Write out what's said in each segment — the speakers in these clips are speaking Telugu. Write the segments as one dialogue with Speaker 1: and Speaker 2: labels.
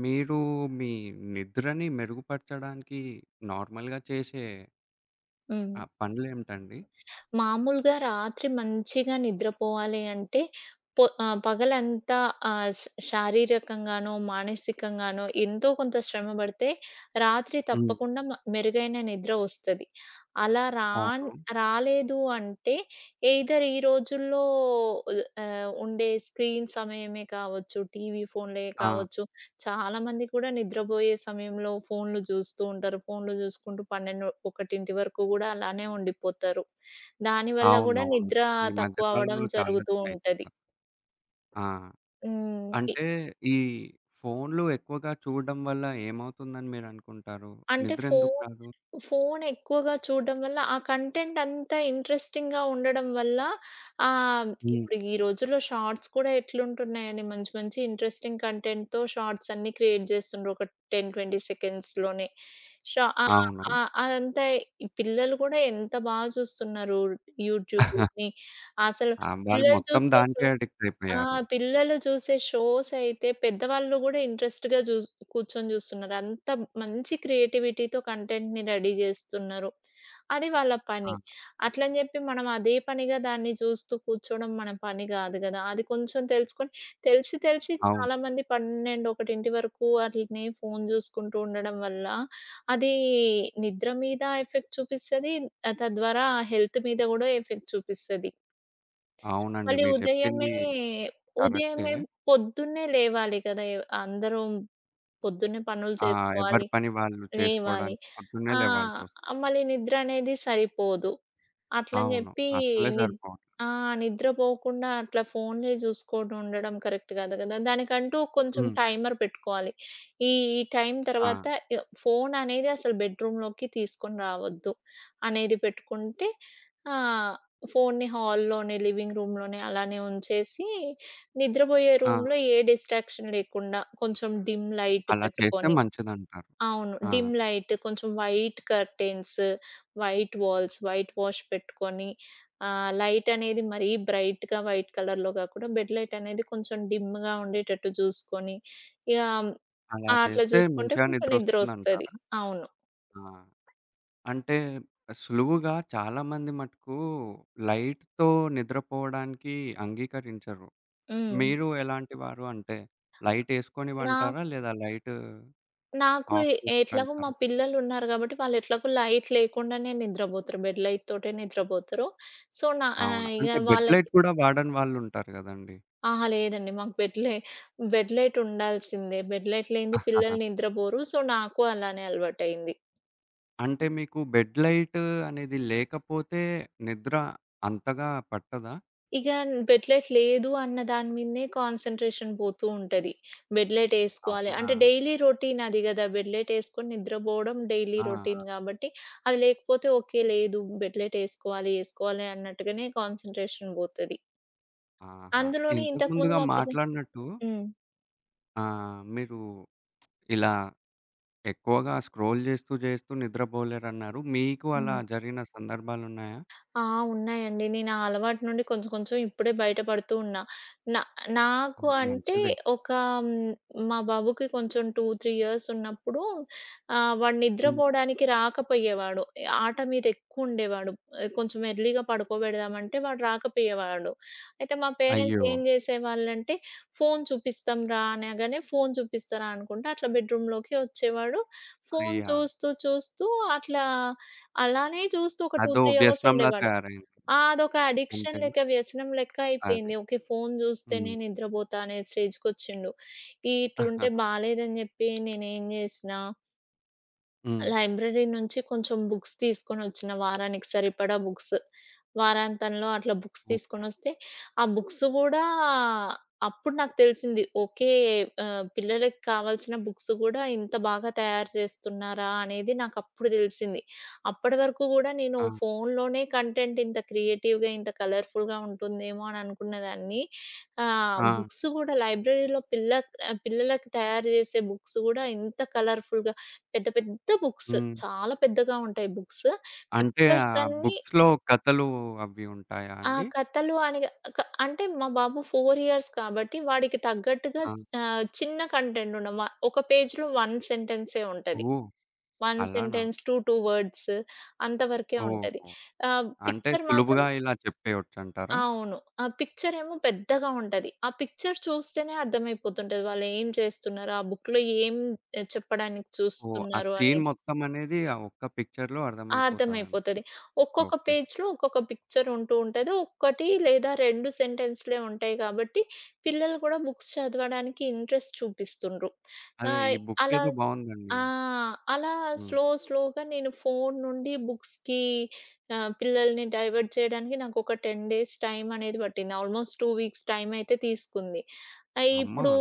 Speaker 1: మీరు మీ నిద్రని మెరుగుపరచడానికి నార్మల్‌గా చేసే
Speaker 2: హ్మ్.
Speaker 1: పనులేమిటండి?
Speaker 2: మామూలుగా రాత్రి మంచిగా నిద్రపోవాలి అంటే పగలంతా ఆహ్, శ్ శారీరకంగానో, మానసికంగానో ఎంతో కొంత శ్రమ పడితే రాత్రి
Speaker 1: హ్మ్.
Speaker 2: తప్పకుండా మెరుగైన నిద్ర వస్తది. అలా రాన్
Speaker 1: అవును.
Speaker 2: రాలేదు అంటే ఎయిదర్ ఈ రోజుల్లో ఉండే స్క్రీన్ సమయమే కావచ్చు, టీవీ, ఫోన్‌లే
Speaker 1: ఆ!
Speaker 2: కావచ్చు. చాలామంది కూడా నిద్రబోయే సమయంలో ఫోన్‌లు చూస్తూ ఉంటారు. ఫోన్‌లు చూసుకుంటూ 12, 1 వరకు కూడా అలానే ఉండిపోతారు. దాని వల్ల గూడా
Speaker 1: అవునవును.
Speaker 2: నిద్ర
Speaker 1: ఈ మధ్య
Speaker 2: తక్కువ అవ్వడం
Speaker 1: కాలంలో చాలా
Speaker 2: జరుగుతూ ఉంటది.
Speaker 1: అయితుంది. ఆ!
Speaker 2: హ్మ్. ఇ
Speaker 1: అంటే ఈ ఫోన్‌లు ఎక్కువగా చూడడం వల్ల ఏమవుతుందని మీరనుకుంటారు?
Speaker 2: అంటే
Speaker 1: నిద్ర ఎందుకు
Speaker 2: ఫోను
Speaker 1: రాదు?
Speaker 2: ఫోను ఎక్కువగా చూడడం వల్ల ఆ కంటెంట్ అంతా ఇంట్రెస్టింగ్‌గా ఉండడం వల్ల ఆహ్,
Speaker 1: హ్మ్.
Speaker 2: ఇప్పుడు ఈ రోజుల్లో షార్ట్స్ కూడా ఎట్లుంటున్నాయండి. మంచి మంచి ఇంట్రెస్టింగ్ కంటెంట్‌తో షార్ట్స్ అన్నీ క్రియేట్ చేస్తుండ్రు. ఒక 10, 20 సెకండ్స్‌లోనే. షా ఆహ్,
Speaker 1: అవును.
Speaker 2: అదంతా ఈ పిల్లలు కూడా ఎంత బాగా చూస్తున్నారు యూట్యూబ్‌ని. అసలు
Speaker 1: ఆ! వాళ్ళు
Speaker 2: పిల్లలు
Speaker 1: మొత్తం
Speaker 2: చూసే షో
Speaker 1: దానికే అడిక్ట్
Speaker 2: ఆ!
Speaker 1: అయిపోయారు.
Speaker 2: పిల్లలు చూసే షోస్ అయితే పెద్దవాళ్ళు గూడా ఇంట్రెస్ట్‌గా కూర్చొని జూస్తున్నారు. అంత మంచి క్రియేటివిటీతో కంటెంట్‌ని రెడీ జేస్తున్నారు. అది వాళ్ళ
Speaker 1: ఆ!
Speaker 2: పని. అట్లని జెప్పి మనం అదే పనిగా దాన్ని చూస్తూ కూర్చోవడం మన పని గాదు గదా! అది కొంచెం తెలుసుకొని తెలిసి తెలిసి
Speaker 1: అవును.
Speaker 2: చాలామంది 12, 1 వరకు వాటిని ఫోను జూసుకుంటూ ఉండడం వల్ల అది నిద్ర మీద ఎఫెక్ట్ చూపిస్తది. తద్వారా హెల్త్ మీద గూడా ఎఫెక్ట్ చూపిస్తది.
Speaker 1: అవునండి.
Speaker 2: మళ్ళీ
Speaker 1: మీరు చెప్పింది కరెక్టే.
Speaker 2: ఉదయమే పొద్దున్నే లేవాలి కదా! అందరూ పొద్దున్నే పనులు
Speaker 1: ఆ! ఎవరి
Speaker 2: చేసుకోవాలి.
Speaker 1: పని వాళ్ళు
Speaker 2: లేవాలి.
Speaker 1: చేసుకోవడానికి పొద్దున్నే
Speaker 2: ఆ!
Speaker 1: లేవాల్సొస్తుంది.
Speaker 2: మళ్ళీ నిద్ర అనేది సరిపోదు. అట్లని
Speaker 1: అవును.
Speaker 2: జెప్పి
Speaker 1: అస్సలే
Speaker 2: నిద్
Speaker 1: సరిపోవట్లేదు.
Speaker 2: ఆ! నిద్రపోకుండా అట్లా ఫోన్లే చూసుకుంటూ ఉండడం కరెక్ట్ కాదు గదా! దానికంటూ కొంచెం
Speaker 1: హ్మ్.
Speaker 2: టైమర్ పెట్టుకోవాలి. ఈ ఈ టైం
Speaker 1: ఆ!
Speaker 2: తర్వాత ఇగ ఫోన్ అనేది అసలు బెడ్‌రూమ్‌లోకి తీసుకొని రావద్దు అనేది పెట్టుకుంటే, ఆహ్, ఫోన్‌ని హాల్‌లోనే, లివింగ్ రూమ్‌లోనే అలానే ఉంచేసి నిద్రబోయే
Speaker 1: ఆ!
Speaker 2: రూమ్‌లో ఏ డిస్ట్రాక్షన్ లేకుండా కొంచెం డిమ్ లైట్
Speaker 1: అలా చేస్తే
Speaker 2: పెట్టుకొని.
Speaker 1: మంచిదంటారు.
Speaker 2: అవును,
Speaker 1: ఆ!
Speaker 2: డిమ్ లైట్, కొంచెం white curtains, white walls, whitewash పెట్టుకొని, లైట్ అనేది మరీ బ్రైట్‌గా వైట్ కలర్‌లో గాకుండా, బెడ్ లైట్ అనేది కొంచెం డిమ్‌గా ఉండేటట్టు చూసుకొని, ఇగ
Speaker 1: అలా
Speaker 2: అట్లా
Speaker 1: చేస్తే
Speaker 2: చూసుకుంటే
Speaker 1: మంచిగా
Speaker 2: కొంచెం నిద్రొస్తది.
Speaker 1: నిద్రొస్తుందంటారా?
Speaker 2: అవును.
Speaker 1: ఆ! అంటే సులువుగా చాలామంది మటుకు లైట్‌తో నిద్రపోవడానికి అంగీకరించరు.
Speaker 2: హ్మ్.
Speaker 1: మీరు ఎలాంటి వారు? అంటే లైటేసుకొని
Speaker 2: నా
Speaker 1: పంటారా? లేదా లైట్
Speaker 2: నాకు
Speaker 1: ఆఫ్ చేసి
Speaker 2: ఎట్లాగో మా
Speaker 1: పంటారా?
Speaker 2: పిల్లలున్నారు గాబట్టి, వాళ్ళు ఎట్లాగో లైట్ లేకుండానే నిద్రబోతరు. బెడ్ లైట్‌తోటే నిద్రబోతరు. సో, నా ఆహ్,
Speaker 1: అవునా?
Speaker 2: ఇగ
Speaker 1: అంటే బెడ్
Speaker 2: వాళ్ళ
Speaker 1: లైట్ కూడా వాడని వాళ్ళుంటారు గదండీ.
Speaker 2: అహా! లేదండి. మాకు బెడ్‌లే బెడ్ లైట్ ఉండాల్సిందే. బెడ్ లైట్ లేనిదే పిల్లలు నిద్రపోరు. సో, నాకు అలానే అలవాటయింది.
Speaker 1: అంటే మీకు బెడ్ లైట్ అనేది లేకపోతే నిద్ర అంతగా పట్టదా?
Speaker 2: ఇక బెడ్ లైట్ లేదు అన్న దాని మీదనే కాన్సంట్రేషన్ పోతూ ఉంటది. బెడ్ లైట్ ఏసుకోవాలి.
Speaker 1: అవునా?
Speaker 2: అంటే డైలీ రొటీన్ అది గదా! బెడ్ లైట్ ఏసుకొని నిద్రపోవడం డైలీ
Speaker 1: ఆ! ఆ!
Speaker 2: రొటీన్ గాబట్టి, అది లేకపోతే ఓకే. లేదు, బెడ్ లైట్ ఏసుకోవాలి, ఏసుకోవాలి అన్నట్టుగానే కాన్సంట్రేషన్ పోతది.
Speaker 1: ఆహా!
Speaker 2: అందులోనే
Speaker 1: ఇంతకు
Speaker 2: ఇంతకుముందు
Speaker 1: ముందుగా
Speaker 2: మా పిల్ల
Speaker 1: మాట్లాడినట్టు
Speaker 2: హ్మ్.
Speaker 1: మీరు ఇలా ఎక్కువగా స్క్రోల్ చేస్తూ నిద్రపోలేరన్నారు. మీకు అలా
Speaker 2: హ్మ్.
Speaker 1: జరిగిన సందర్భాలున్నాయా?
Speaker 2: ఆ! ఉన్నాయండి. నేను ఆ అలవాటు నుండి కొంచెం కొంచెం ఇప్పుడే బయట పడుతూ ఉన్నా. నా నాకు
Speaker 1: హ్మ్.
Speaker 2: అంటే
Speaker 1: మంచిదే.
Speaker 2: ఒక హ్మ్, మా బాబుకి కొంచెం 2, 3 ఇయర్స్ ఉన్నప్పుడు వాడు
Speaker 1: హ్మ్.
Speaker 2: నిద్రపోవడానికి రాకపోయేవాడు. ఆట మీద ఎక్కువుండేవాడు. కొంచెం ఎర్లీగా పడుకోబెడదామంటే వాడు రాకపోయేవాడు. అయితే మా పేరెంట్స్
Speaker 1: అయ్యో!
Speaker 2: ఏం చేసేవాళ్ళంటే, "ఫోను చూపిస్తాం రా" అనగానే ఫోను చూపిస్తారా అనుకుంట అట్లా బెడ్‌రూమ్‌లోకి వచ్చేవాడు. ఫోను
Speaker 1: అయ్యా!
Speaker 2: చూస్తూ చూస్తూ అట్లా అలానే చూస్తూ ఒక 2,
Speaker 1: అదో
Speaker 2: 3 అవర్స్
Speaker 1: వ్యసనంలా
Speaker 2: ఉండేవాడు.
Speaker 1: తయారైంది.
Speaker 2: ఆ! అదొక అడిక్షన్
Speaker 1: అంతేనా?
Speaker 2: లెక్క, వ్యసనం లెక్క
Speaker 1: అదే.
Speaker 2: అయిపోయింది. ఓకే. ఫోను జూస్తేనే
Speaker 1: హ్మ్.
Speaker 2: నిద్రబోతా అనే స్టేజ్‌కొచ్చిండు.
Speaker 1: హ్మ్.
Speaker 2: ఇట్లుంటే బాలేదని జెప్పి నేనేం జేసినా, లైబ్రరీ నుంచి కొంచెం బుక్స్ తీసుకొనొచ్చిన వారానికి సరిపడా బుక్స్. వారాంతంలో అట్లా బుక్స్
Speaker 1: ఓకే.
Speaker 2: తీసుకొనొస్తే, ఆ బుక్స్ గూడా అప్పుడు నాకు తెలిసింది. ఓకే. పిల్లలకి కావాల్సిన బుక్స్ గూడా ఇంత బాగా తయారు చేస్తున్నారా అనేది నాకప్పుడు తెలిసింది. అప్పటి వరకు గూడా నేను
Speaker 1: ఆ!
Speaker 2: ఫోనులోనే కంటెంట్ ఇంత క్రియేటివ్‌గా, ఇంత కలర్‌ఫుల్‌గా ఉంటుందేమో అని అనుకున్నదాన్ని. ఆహ్,
Speaker 1: ఆ!
Speaker 2: బుక్స్ గూడా లైబ్రరీలో పిల్ల ఆహ్, పిల్లలకి తయారు చేసే బుక్స్ గూడా ఇంత కలర్‌ఫుల్‌గా పెద్ద పెద్ద బుక్స్.
Speaker 1: హ్మ్.
Speaker 2: చాలా పెద్దగా ఉంటాయి బుక్స్.
Speaker 1: అంటే ఆ
Speaker 2: పిక్చర్స్ అన్నీ.
Speaker 1: బుక్స్‌లో కథలు అవి ఉంటాయా
Speaker 2: ఆ!
Speaker 1: అండి?
Speaker 2: కథలు అని గా- క అంటే మా బాబు 4 ఇయర్స్ కాబట్టి వాడికి తగ్గట్టుగా
Speaker 1: ఆ!
Speaker 2: ఆహ్, చిన్న కంటెంట్ ఉన్న వ ఒక పేజ్‌లో 1 సెంటెన్సే ఉంటది.
Speaker 1: ఓహ్!
Speaker 2: 1
Speaker 1: అలానా?
Speaker 2: సెంటెన్స్ టు 2 వర్డ్స్ అంతవరకే ఉంటది.
Speaker 1: ఓహో!
Speaker 2: ఆహ్,
Speaker 1: అంటే
Speaker 2: పిక్చర్ మాత్రం
Speaker 1: సులువుగా ఇలా చెప్పేయొచ్చంటారా?
Speaker 2: అవును. ఆ పిక్చర్ ఏమో పెద్దగా ఉంటది. ఆ పిక్చర్ చూస్తేనే అర్థమైపోతుంటది. వాళ్ళు ఏం చేస్తున్నారు? ఆ బుక్‌లో ఏం చెప్పడానికి
Speaker 1: ఓహ్! ఆ
Speaker 2: చూస్తున్నారు
Speaker 1: సీన్
Speaker 2: అనేది.
Speaker 1: మొత్తం అనేది ఆ ఒక్క పిక్చర్‌లో
Speaker 2: ఆ!
Speaker 1: అర్థమైపోతాదంట.
Speaker 2: అర్థమైపోతది. ఒక్కొక్క
Speaker 1: ఓకే.
Speaker 2: పేజ్‌లో ఒక్కొక్క పిక్చర్ ఉంటూ ఉంటది. ఒక్కటి లేదా 2 సెంటెన్స్‌లే ఉంటాయి కాబట్టి, పిల్లలు కూడా బుక్స్ చదవడానికి ఇంట్రెస్ట్ చూపిస్తుండ్రు.
Speaker 1: అదే ఈ
Speaker 2: ఆహ్,
Speaker 1: బుక్
Speaker 2: అలా
Speaker 1: ఏదో బావుందండి.
Speaker 2: ఆ! అలా
Speaker 1: హ్మ్.
Speaker 2: స్లో స్లోగా నేను ఫోను నుండి బుక్స్‌కి, పిల్లల్ని డైవర్ట్ చేయడానికి నాకొక 10 డేస్ టైం అనేది పట్టింది. ఆల్‌మోస్ట్ 2 వీక్స్ టైం అయితే తీసుకుంది.
Speaker 1: అమ్మా!
Speaker 2: ఇప్పుడు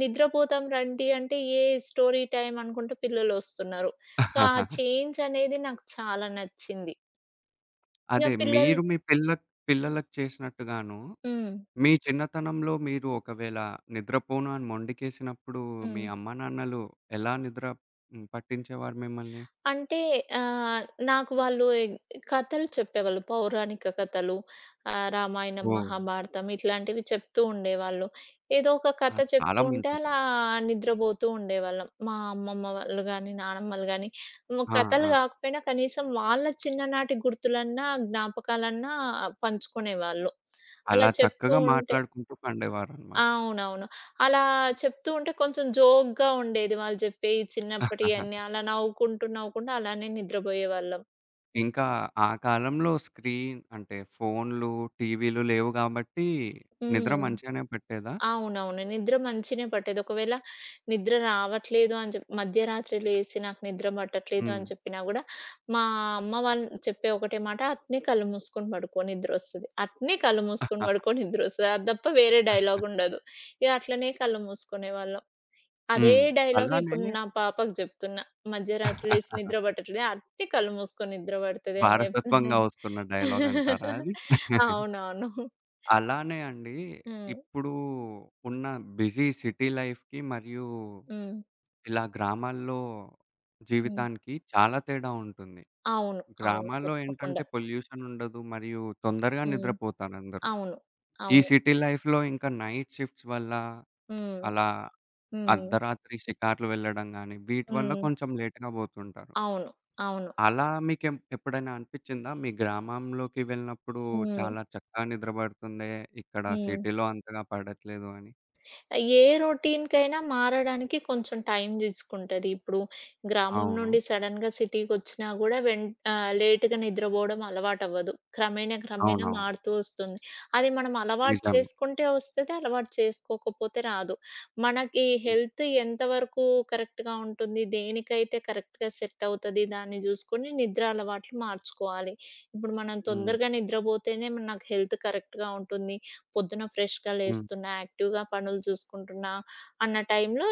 Speaker 2: నిద్రపోతాం రండి అంటే, స్టోరీ టైమ్ అనుకుంటూ పిల్లలొస్తున్నారు. సో, ఆ చేంజ్ అనేది నాకు చాలా నచ్చింది. ఇగ
Speaker 1: అదే
Speaker 2: పిల్లలు
Speaker 1: మీరు మీ పిల్ల పిల్లలకి చేసినట్టుగాను,
Speaker 2: హ్మ్.
Speaker 1: మీ చిన్నతనంలో మీరు ఒకవేళ నిద్రపోను అని మొండికేసినప్పుడు మీ
Speaker 2: హ్మ్.
Speaker 1: అమ్మానాన్నలు ఎలా పట్టించేవారు మిమ్మల్ని?
Speaker 2: అంటే, ఆహ్, నాకు వాళ్ళు ఎగ్ కథలు చెప్పేవాళ్ళు. పౌరాణిక కథలు, రామాయణం,
Speaker 1: ఓహ్!
Speaker 2: మహాభారతం ఇట్లాంటివి చెప్తూ ఉండేవాళ్ళు. ఏదో ఒక
Speaker 1: ఆ!
Speaker 2: కథ చెప్తూ
Speaker 1: చాలా
Speaker 2: ఉంటే
Speaker 1: మంచిది.
Speaker 2: అలా నిద్రబోతూ ఉండేవాళ్ళం. మా అమ్మమ్మ వాళ్ళు గాని, నానమ్మలు గాని,
Speaker 1: ఆ!
Speaker 2: కథలు
Speaker 1: ఆ!
Speaker 2: కాకపోయినా కనీసం వాళ్ళ చిన్ననాటి గుర్తులన్నా, జ్ఞాపకాలన్నా పంచుకునేవాళ్ళు.
Speaker 1: అలా
Speaker 2: అలా చెప్తూ
Speaker 1: చక్కగా
Speaker 2: ఉంటే
Speaker 1: మాట్లాడుకుంటూ పండేవారనమాట.
Speaker 2: అవునవును. అలా చెప్తూ ఉంటే కొంచెం జోక్‌గా ఉండేది వాళ్ళు జెప్పేయి చిన్నప్పటియన్నీ. అలా నవ్వుకుంటూ, నవ్వుకుంటూ అలానే నిద్రబోయేవాళ్ళం.
Speaker 1: ఇంకా ఆ కాలంలో స్క్రీన్ అంటే ఫోన్‌లు, టీవీలు లేవు గాబట్టి నిద్ర
Speaker 2: హ్మ్.
Speaker 1: మంచిగానే పట్టేదా?
Speaker 2: అవునవును. నిద్ర మంచినే పట్టేది. ఒకవేళ నిద్ర రావట్లేదు అని జెప్పి మధ్యరాత్రి లేసి నాకు నిద్ర పట్టట్లేదు
Speaker 1: హ్మ్.
Speaker 2: అని చెప్పినా గూడా, మా అమ్మ వాళ్ళు చెప్పే ఒకటే మాట, "అట్నే కళ్ళు మూసుకొని పడుకో నిద్రొస్తది. అట్నే కళ్ళు మూసుకొని పడుకో నిద్రొస్తది." అది తప్ప వేరే డైలాగుండదు. ఇగ అట్లనే కళ్ళు మూసుకునేవాళ్ళం. అదే
Speaker 1: హ్మ్.
Speaker 2: డైలాగ్
Speaker 1: అలానే
Speaker 2: ఇప్పుడు నా పాపకి జెప్తున్నా. మధ్యరాత్రి లేసి నిద్ర పట్టట్లేదు. అట్టి కళ్ళు మూసుకొని నిద్ర పడతది అని జెప్తున్నా.
Speaker 1: వారసత్వంగా వస్తున్న డైలాగ్ అంటారా అది?
Speaker 2: అవునవును.
Speaker 1: అలానే అండి,
Speaker 2: హ్మ్.
Speaker 1: ఇప్పుడు ఉన్న బిజీ సిటీ లైఫ్‌కి మరియు
Speaker 2: హ్మ్.
Speaker 1: ఇలా గ్రామాల్లో
Speaker 2: హ్మ్.
Speaker 1: జీవితానికి చాలా తేడా ఉంటుంది.
Speaker 2: అవును. అవును.
Speaker 1: గ్రామాల్లో ఏంటంటే
Speaker 2: తప్పకుండా.
Speaker 1: పొల్యూషన్ ఉండదు. మరియు తొందరగా
Speaker 2: హ్మ్.
Speaker 1: నిద్రపోతారందరూ.
Speaker 2: అవును.
Speaker 1: ఈ
Speaker 2: అవును.
Speaker 1: సిటీ లైఫ్‌లో ఇంకా నైట్ షిఫ్ట్స్ వల్ల
Speaker 2: హ్మ్.
Speaker 1: అలా
Speaker 2: హ్మ్.
Speaker 1: అర్ధరాత్రి షికార్లు వెళ్ళడం గాని, వీటి వల్ల
Speaker 2: హ్మ్.
Speaker 1: కొంచెం లేట్‌గా పోతుంటారు.
Speaker 2: అవును. అవును.
Speaker 1: అలా మీకెం ఎప్పుడైనా అనిపిచ్చిందా? మీ గ్రామంలోకి వెళ్ళినప్పుడు
Speaker 2: హ్మ్.
Speaker 1: చాలా చక్కగా నిద్ర పడుతుందే, ఇక్కడ
Speaker 2: హ్మ్.
Speaker 1: సిటీలో అంతగా పడట్లేదు అని?
Speaker 2: ఏ రొటీన్‌కైనా మారడానికి కొంచెం టైం తీసుకుంటది. ఇప్పుడు గ్రామం
Speaker 1: అవును.
Speaker 2: నుండి సడెన్‌గా సిటీకొచ్చినా గూడా లేట్‌గా నిద్రపోవడం అలవాటవ్వదు. క్రమేణా, క్రమేణా
Speaker 1: అవునవును.
Speaker 2: మారుతూ వస్తుంది. అది మనం అలవాటు
Speaker 1: నిజమే.
Speaker 2: చేసుకుంటే వస్తది. అలవాటు చేసుకోకపోతే రాదు. మనకి
Speaker 1: హ్మ్.
Speaker 2: హెల్త్ ఎంతవరకు కరెక్ట్‌గా ఉంటుంది, దేనికైతే కరెక్ట్‌గా సెట్ అవుతది దాన్ని చూసుకొని నిద్ర అలవాట్లు మార్చుకోవాలి. ఇప్పుడు మనం
Speaker 1: హ్మ్.
Speaker 2: తొందరగా నిద్రపోతేనే నాకు హెల్త్ కరెక్ట్‌గా ఉంటుంది. పొద్దున ఫ్రెష్‌గా
Speaker 1: హ్మ్.
Speaker 2: లేస్తున్నా, యాక్టివ్‌గా పనులు చూసుకుంటున్నా అన్న టైంలో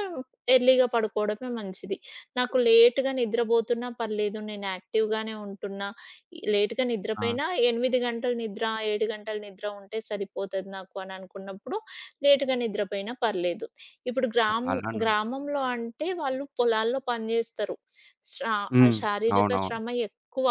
Speaker 2: ఎర్లీగా పడుకోవడమే మంచిది. నాకు లేట్‌గా నిద్రబోతున్నా పర్లేదు. నేను యాక్టివ్‌గానే ఉంటున్నా. ఈ లేట్‌గా
Speaker 1: ఆ!
Speaker 2: నిద్రపోయినా 8 గంటలు నిద్ర, 7 గంటలు నిద్ర ఉంటే సరిపోతది నాకు అని అనుకున్నప్పుడు లేట్‌గా నిద్రపోయినా పర్లేదు. ఇప్పుడు గ్రామ్
Speaker 1: అలానా?
Speaker 2: గ్రామంలో అంటే వాళ్ళు పొలాల్లో పని జేస్తారు. శా
Speaker 1: హ్మ్.
Speaker 2: శారీరక
Speaker 1: అవునవును.
Speaker 2: శ్రమ ఎక్కువ.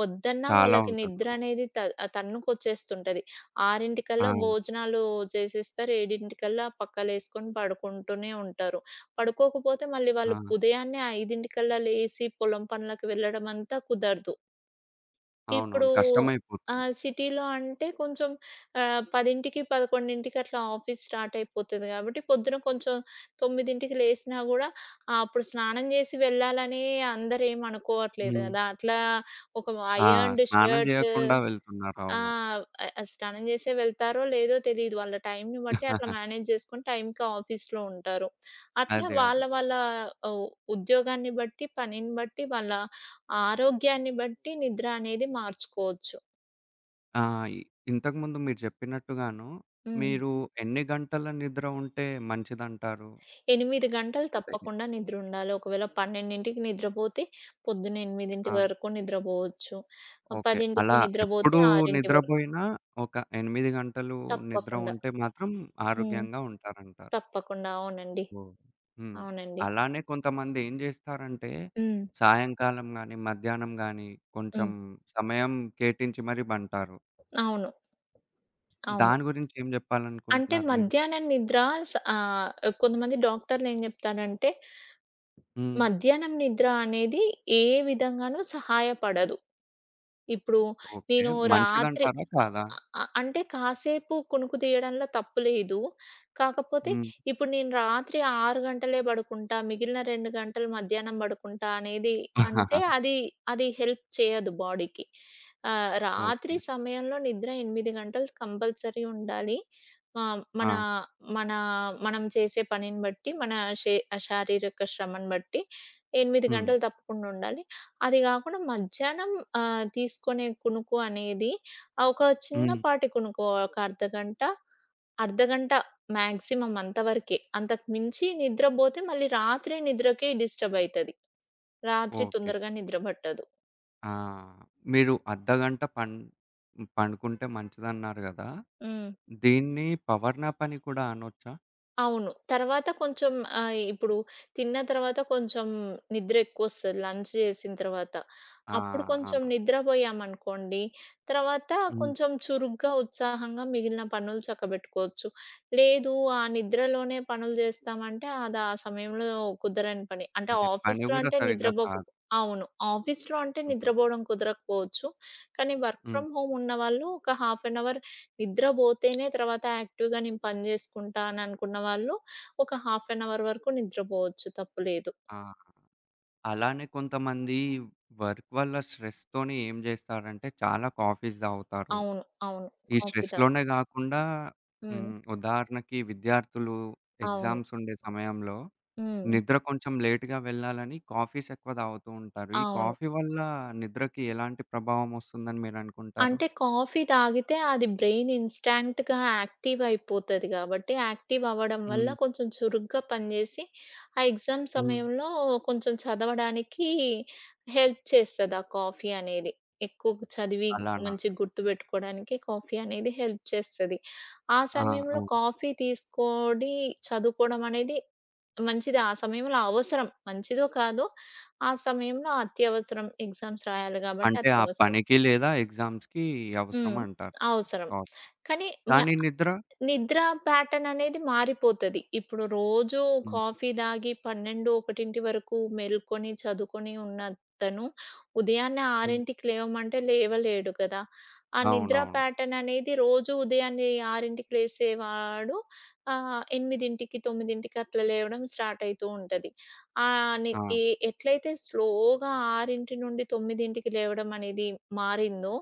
Speaker 2: వద్దన్నా
Speaker 1: చాలా
Speaker 2: వాళ్ళకి
Speaker 1: ఉంటుంది.
Speaker 2: నిద్ర
Speaker 1: అవును.
Speaker 2: అనేది తన్నుకొచ్చేస్తుంటది. 6:00
Speaker 1: ఆ!
Speaker 2: భోజనాలు చేసేస్తారు. 7:00 పక్కలేసుకొని పడుకుంటూనే ఉంటారు. పడుకోకపోతే మళ్ళీ
Speaker 1: ఆ!
Speaker 2: వాళ్ళు ఉదయాన్నే 5:00 లేసి పొలం పనులకు వెళ్ళడమంతా కుదరదు. ఇప్పుడు
Speaker 1: అవునవును.
Speaker 2: ఆ!
Speaker 1: కష్టమైపోతుంది.
Speaker 2: సిటీలో అంటే కొంచెం, 10:00, 11:00కి అట్లా ఆఫీస్ స్టార్ట్ అయిపోతది కాబట్టి పొద్దున కొంచెం 9:00కి లేసినా గూడా అప్పుడు స్నానం జేసి వెళ్ళాలని అందరేమనుకోవట్లేదు
Speaker 1: హ్మ్.
Speaker 2: గదా! అట్లా ఒక
Speaker 1: ఆ!
Speaker 2: అయర్న్డ్
Speaker 1: స్నానం
Speaker 2: షర్ట్,
Speaker 1: జేయకుండా వెళ్తున్నారు.
Speaker 2: ఆ!
Speaker 1: అవును.
Speaker 2: ఆహ్, ఆహ్, స్నానం చేసే వెళ్తారో లేదో తెలీదు. వాళ్ళ టైంని బట్టి అట్లా మేనేజ్ చేసుకొని టైంకి ఆఫీస్‌లో ఉంటారు. అట్లా
Speaker 1: అదే.
Speaker 2: వాళ్ళ
Speaker 1: అదే.
Speaker 2: వాళ్ళ ఉ ఉద్యోగాన్ని బట్టి, పనిని బట్టి, వాళ్ళ ఆరోగ్యాన్ని బట్టి నిద్ర అనేది మార్చుకోవచ్చు.
Speaker 1: ఆ! ఇ ఇంతకుముందు మీరు జెప్పినట్టుగాను
Speaker 2: హ్మ్.
Speaker 1: మీరు ఎన్ని గంటల నిద్ర ఉంటే మంచిదంటారు?
Speaker 2: 8 గంటలు
Speaker 1: అంటే
Speaker 2: తప్పకుండా నిద్రుండాలి. ఒకవేళ 12కి నిద్రపోతే పొద్దున్న 8
Speaker 1: ఆ!
Speaker 2: వరకు నిద్రపోవచ్చు.
Speaker 1: ఓకే. అలా
Speaker 2: 10కి నిద్రపోతే
Speaker 1: ఎప్పుడూ
Speaker 2: 6 వరకు
Speaker 1: నిద్రబోయినా ఒక 8 గంటలు నిద్ర
Speaker 2: తప్పకుండా.
Speaker 1: ఉంటే మాత్రం
Speaker 2: హ్మ్.
Speaker 1: ఆరోగ్యంగా ఉంటారంటారు.
Speaker 2: తప్పకుండా. అవునండి.
Speaker 1: ఓహ్! హ్మ్.
Speaker 2: అవునండి.
Speaker 1: అలానే కొంతమంది ఏం జేస్తారంటే
Speaker 2: హ్మ్.
Speaker 1: సాయంకాలం గానీ, మధ్యాహ్నం గానీ కొంచెం
Speaker 2: హ్మ్.
Speaker 1: సమయం కేటించి మరీ బంటారు.
Speaker 2: అవును. అవును.
Speaker 1: దాని గురించి ఏం
Speaker 2: అంటే
Speaker 1: జెప్పాలనుకుంటున్నారు మీరు?
Speaker 2: మధ్యాహ్నం నిద్ర, స ఆహ్, కొంతమంది డాక్టర్‌లేం జెప్తారంటే,
Speaker 1: హ్మ్.
Speaker 2: మధ్యాహ్నం నిద్ర అనేది ఏ విధంగాను సహాయపడదు. ఇప్పుడు
Speaker 1: ఓకే.
Speaker 2: నేను రాత్రి
Speaker 1: మంచిదంటారా? కాదా?
Speaker 2: అ అ అంటే కాసేపు కునుకు తీయడంలో తప్పు లేదు. కాకపోతే
Speaker 1: హ్మ్.
Speaker 2: ఇప్పుడు నేను రాత్రి 6 గంటలే పడుకుంటా. మిగిలిన 2 గంటలు మధ్యాహ్నం పడుకుంటా అనేది, అంటే అది, అది హెల్ప్ చేయదు బాడీకి. రాత్రి
Speaker 1: ఓకే.
Speaker 2: సమయంలో నిద్ర 8 గంటలు కంపల్సరీ ఉండాలి. ఆహ్, మన
Speaker 1: ఆ!
Speaker 2: మన మనం చేసే పనిని బట్టి, మన శే శారీరక శ్రమను బట్టి 8
Speaker 1: హ్మ్.
Speaker 2: గంటలు తప్పకుండా ఉండాలి. అది కాకుండా మధ్యాహ్నం తీసుకునే కునుకు అనేది, ఒక
Speaker 1: హ్మ్.
Speaker 2: చిన్నపాటి ఒక అర్ధగంట, అర్ధగంట మాక్సిమం అంతవరకే. అంతకు మించి నిద్రబోతే మళ్ళీ రాత్రి నిద్రకి డిస్టర్బ్ అయితది. రాత్రి
Speaker 1: ఓకే.
Speaker 2: తొందరగా నిద్ర పట్టదు.
Speaker 1: ఆ! మీరు అర్ధగంట పండుకుంటే మంచిదన్నారు గదా!
Speaker 2: హ్మ్.
Speaker 1: దీన్ని పవర్ నాప్ అని కూడా అనొచ్చా?
Speaker 2: అవును. తర్వాత కొంచెం, ఆహ్, ఇప్పుడు తిన్న తర్వాత కొంచెం నిద్ర ఎక్కువొస్తది లంచ్ చేసిన తర్వాత.
Speaker 1: ఆ!
Speaker 2: అప్పుడు
Speaker 1: ఆ!
Speaker 2: కొంచెం నిద్రపోయామనుకోండి, తర్వాత
Speaker 1: హ్మ్.
Speaker 2: కొంచెం చురుగ్గా, ఉత్సాహంగా మిగిలిన పనులు చక్కబెట్టుకోవచ్చు. లేదు ఆ నిద్రలోనే పనులు చేస్తామంటే అది ఆ సమయంలో కుదరని పని. అంటే
Speaker 1: అదే పని
Speaker 2: ఆఫీస్‌లో
Speaker 1: గూడా
Speaker 2: అంటే
Speaker 1: సరిగ్గా
Speaker 2: నిద్రపోక
Speaker 1: కాదు.
Speaker 2: అవును. ఆఫీస్‌లో అంటే
Speaker 1: హ్మ్.
Speaker 2: నిద్రపోవడం కుదరకపోవచ్చు. కానీ వర్క్
Speaker 1: హ్మ్.
Speaker 2: ఫ్రమ్ హోమ్ ఉన్నవాళ్ళు ఒక హాఫ్ అన్ అవర్ నిద్ర బోతేనే తర్వాత యాక్టివ్‌గా నేను పని జేసుకుంటా అని అనుకున్న వాళ్ళు ఒక హాఫ్ అన్ అవర్ వరకు నిద్రబోవచ్చు, తప్పు లేదు.
Speaker 1: ఆ! అలానే కొంతమంది వర్క్ వల్ల స్ట్రెస్‌తోని ఏం జేస్తారంటే చాలా కాఫీస్ తాగుతారు.
Speaker 2: అవును. అవును.
Speaker 1: ఈ
Speaker 2: కాఫీ తాగి.
Speaker 1: స్ట్రెస్‌లోనే గాకుండా
Speaker 2: హ్మ్.
Speaker 1: హ్మ్. ఉదాహరణకి విద్యార్థులు
Speaker 2: అవును.
Speaker 1: ఎగ్జామ్స్ ఉండే సమయంలో
Speaker 2: హ్మ్.
Speaker 1: నిద్ర కొంచెం లేట్‌గా వెళ్ళాలని కాఫీస్ ఎక్కువ తాగుతూ ఉంటారు. ఈ
Speaker 2: అవును.
Speaker 1: కాఫీ వల్ల నిద్రకి ఎలాంటి ప్రభావం వస్తుందని మీరనుకుంటారు?
Speaker 2: అంటే కాఫీ తాగితే అది బ్రెయిన్ ఇన్‌స్టాంట్‌గా యాక్టివ్ అయిపోతది గాబట్టి, యాక్టివ్ అవ్వడం వల్ల
Speaker 1: హ్మ్.
Speaker 2: కొంచెం చురుగ్గా పనిజేసి, ఆ ఎగ్జామ్
Speaker 1: హ్మ్.
Speaker 2: సమయంలో కొంచెం చదవడానికి హెల్ప్ చేస్తది ఆ కాఫీ అనేది. ఎక్కువగా చదివి
Speaker 1: అలానా?
Speaker 2: మంచిగా గుర్తుబెట్టుకోవడానికి కాఫీ అనేది హెల్ప్ చేస్తది. ఆ
Speaker 1: ఆ! ఆ!
Speaker 2: సమయంలో కాఫీ తీసుకోడి చదువుకోవడం అనేది మంచిది. ఆ సమయంలో అవసరం. మంచిదో కాదో ఆ సమయంలో అత్యవసరం. ఎగ్జామ్స్ రాయాలి గాబట్టి
Speaker 1: అంటే ఆ
Speaker 2: అత్యవసరం.
Speaker 1: పనికి లేదా ఎగ్జామ్స్‌కి అవసరం
Speaker 2: హ్మ్.
Speaker 1: అంటారు.
Speaker 2: అవసరం.
Speaker 1: కాఫీ.
Speaker 2: కానీ న
Speaker 1: కానీ నిద్ర
Speaker 2: నిద్ర ప్యాటర్న్ అనేది మారిపోతది. ఇప్పుడు రోజు
Speaker 1: హ్మ్.
Speaker 2: కాఫీ తాగి 12, 1 వరకు మేలుకొని, చదువుకొని ఉన్నతను ఉదయాన్నే
Speaker 1: హ్మ్.
Speaker 2: 6కి లేవమంటే లేవలేడు కదా! ఆ నిద్ర
Speaker 1: అవునవును.
Speaker 2: ప్యాటర్న్ అనేది రోజు ఉదయాన్నే 6కి లేసేవాడు 8, 9కి అట్లా లేవడం స్టార్ట్ అయితూ ఉంటది. ఆహ్, ని
Speaker 1: ఆ!
Speaker 2: ఎ ఎట్లయితే స్లోగా 6 నుండి 9కి లేవడం అనేది మారిందో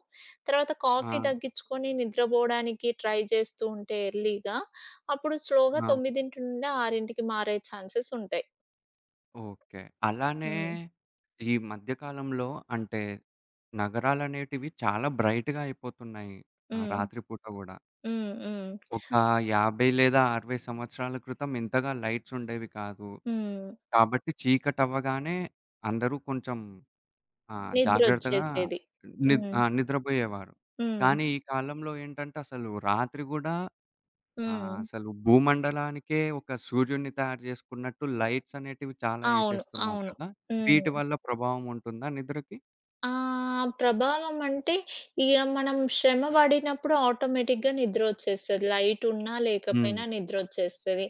Speaker 2: తర్వాత
Speaker 1: ఆ!
Speaker 2: కాఫీ తగ్గించుకొని నిద్రపోవడానికి ట్రై జేస్తూ ఉంటే ఎర్లీగా, అప్పుడు స్లోగా
Speaker 1: ఆ!
Speaker 2: 9 నుండి 6కి మారే ఛాన్సెస్ ఉంటాయి.
Speaker 1: ఓకే. అలానే
Speaker 2: హ్మ్.
Speaker 1: ఈ మధ్య కాలంలో అంటే నగరాలనేటివి చాలా బ్రైట్‌గా అయిపోతున్నాయి. ఆహ్,
Speaker 2: హ్మ్.
Speaker 1: రాత్రి పూట గూడా.
Speaker 2: హ్మ్. హ్మ్.
Speaker 1: ఒక 50 లేదా 60 సంవత్సరాల క్రితం ఇంతగా లైట్స్ ఉండేవి కాదు.
Speaker 2: హ్మ్.
Speaker 1: కాబట్టి చీకటవ్వగానే అందరూ కొంచెం జాగ్రత్తగా
Speaker 2: నిద్రొచ్చేసేది.
Speaker 1: ని
Speaker 2: హ్మ్.
Speaker 1: నిద్రపోయేవారు.
Speaker 2: హ్మ్.
Speaker 1: కానీ ఈ కాలంలో ఏంటంటే అసలు రాత్రి గూడా ఆ!
Speaker 2: హ్మ్.
Speaker 1: అసలు భూమండలానికే ఒక సూర్యుడిని తయారు చేసుకున్నట్టు లైట్స్ అనేటివి చాలా
Speaker 2: అవును.
Speaker 1: ఎసేస్తున్నారు
Speaker 2: అవును.
Speaker 1: కదా!
Speaker 2: హ్మ్.
Speaker 1: వీటి వల్ల ప్రభావం ఉంటుందా నిద్రకి?
Speaker 2: ఆ! ప్రభావం అంటే ఇగ మనం శ్రమ పడినప్పుడు ఆటోమేటిక్‌గా నిద్రొచ్చేస్తది. లైట్ ఉన్నా
Speaker 1: హ్మ్.
Speaker 2: లేకపోయినా నిద్రొచ్చేస్తది.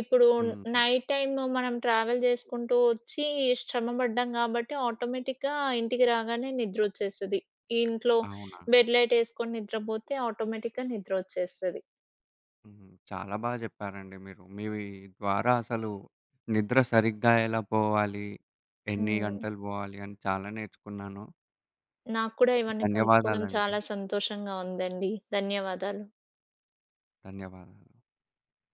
Speaker 2: ఇప్పుడు
Speaker 1: హుహు.
Speaker 2: నైట్ టైమ్ మనం ట్రావెల్ చేసుకుంటూ వచ్చి శ్రమ పడ్డాం కాబట్టి ఆటోమేటిక్‌గా ఇంటికి రాగానే నిద్రొచ్చేస్తది. ఇంట్లో
Speaker 1: అవునా?
Speaker 2: బెడ్ లైట్ ఏసుకొని నిద్రపోతే ఆటోమేటిక్‌గా నిద్రొచ్చేస్తది.
Speaker 1: హ్మ్. చాలా బా చెప్పారండి మీరు. మీ ద్వారా అసలు నిద్ర సరిగ్గా ఎలా పోవాలి? ఎన్ని
Speaker 2: హ్మ్.
Speaker 1: గంటలు పోవాలి? అని చాలా నేర్చుకున్నాను.
Speaker 2: నాకు కూడా ఇవన్నీ పంచుకోవడం
Speaker 1: ధన్యవాదాలండి.
Speaker 2: చాలా సంతోషంగా ఉందండి. ధన్యవాదాలు.
Speaker 1: ధన్యవాదాలు.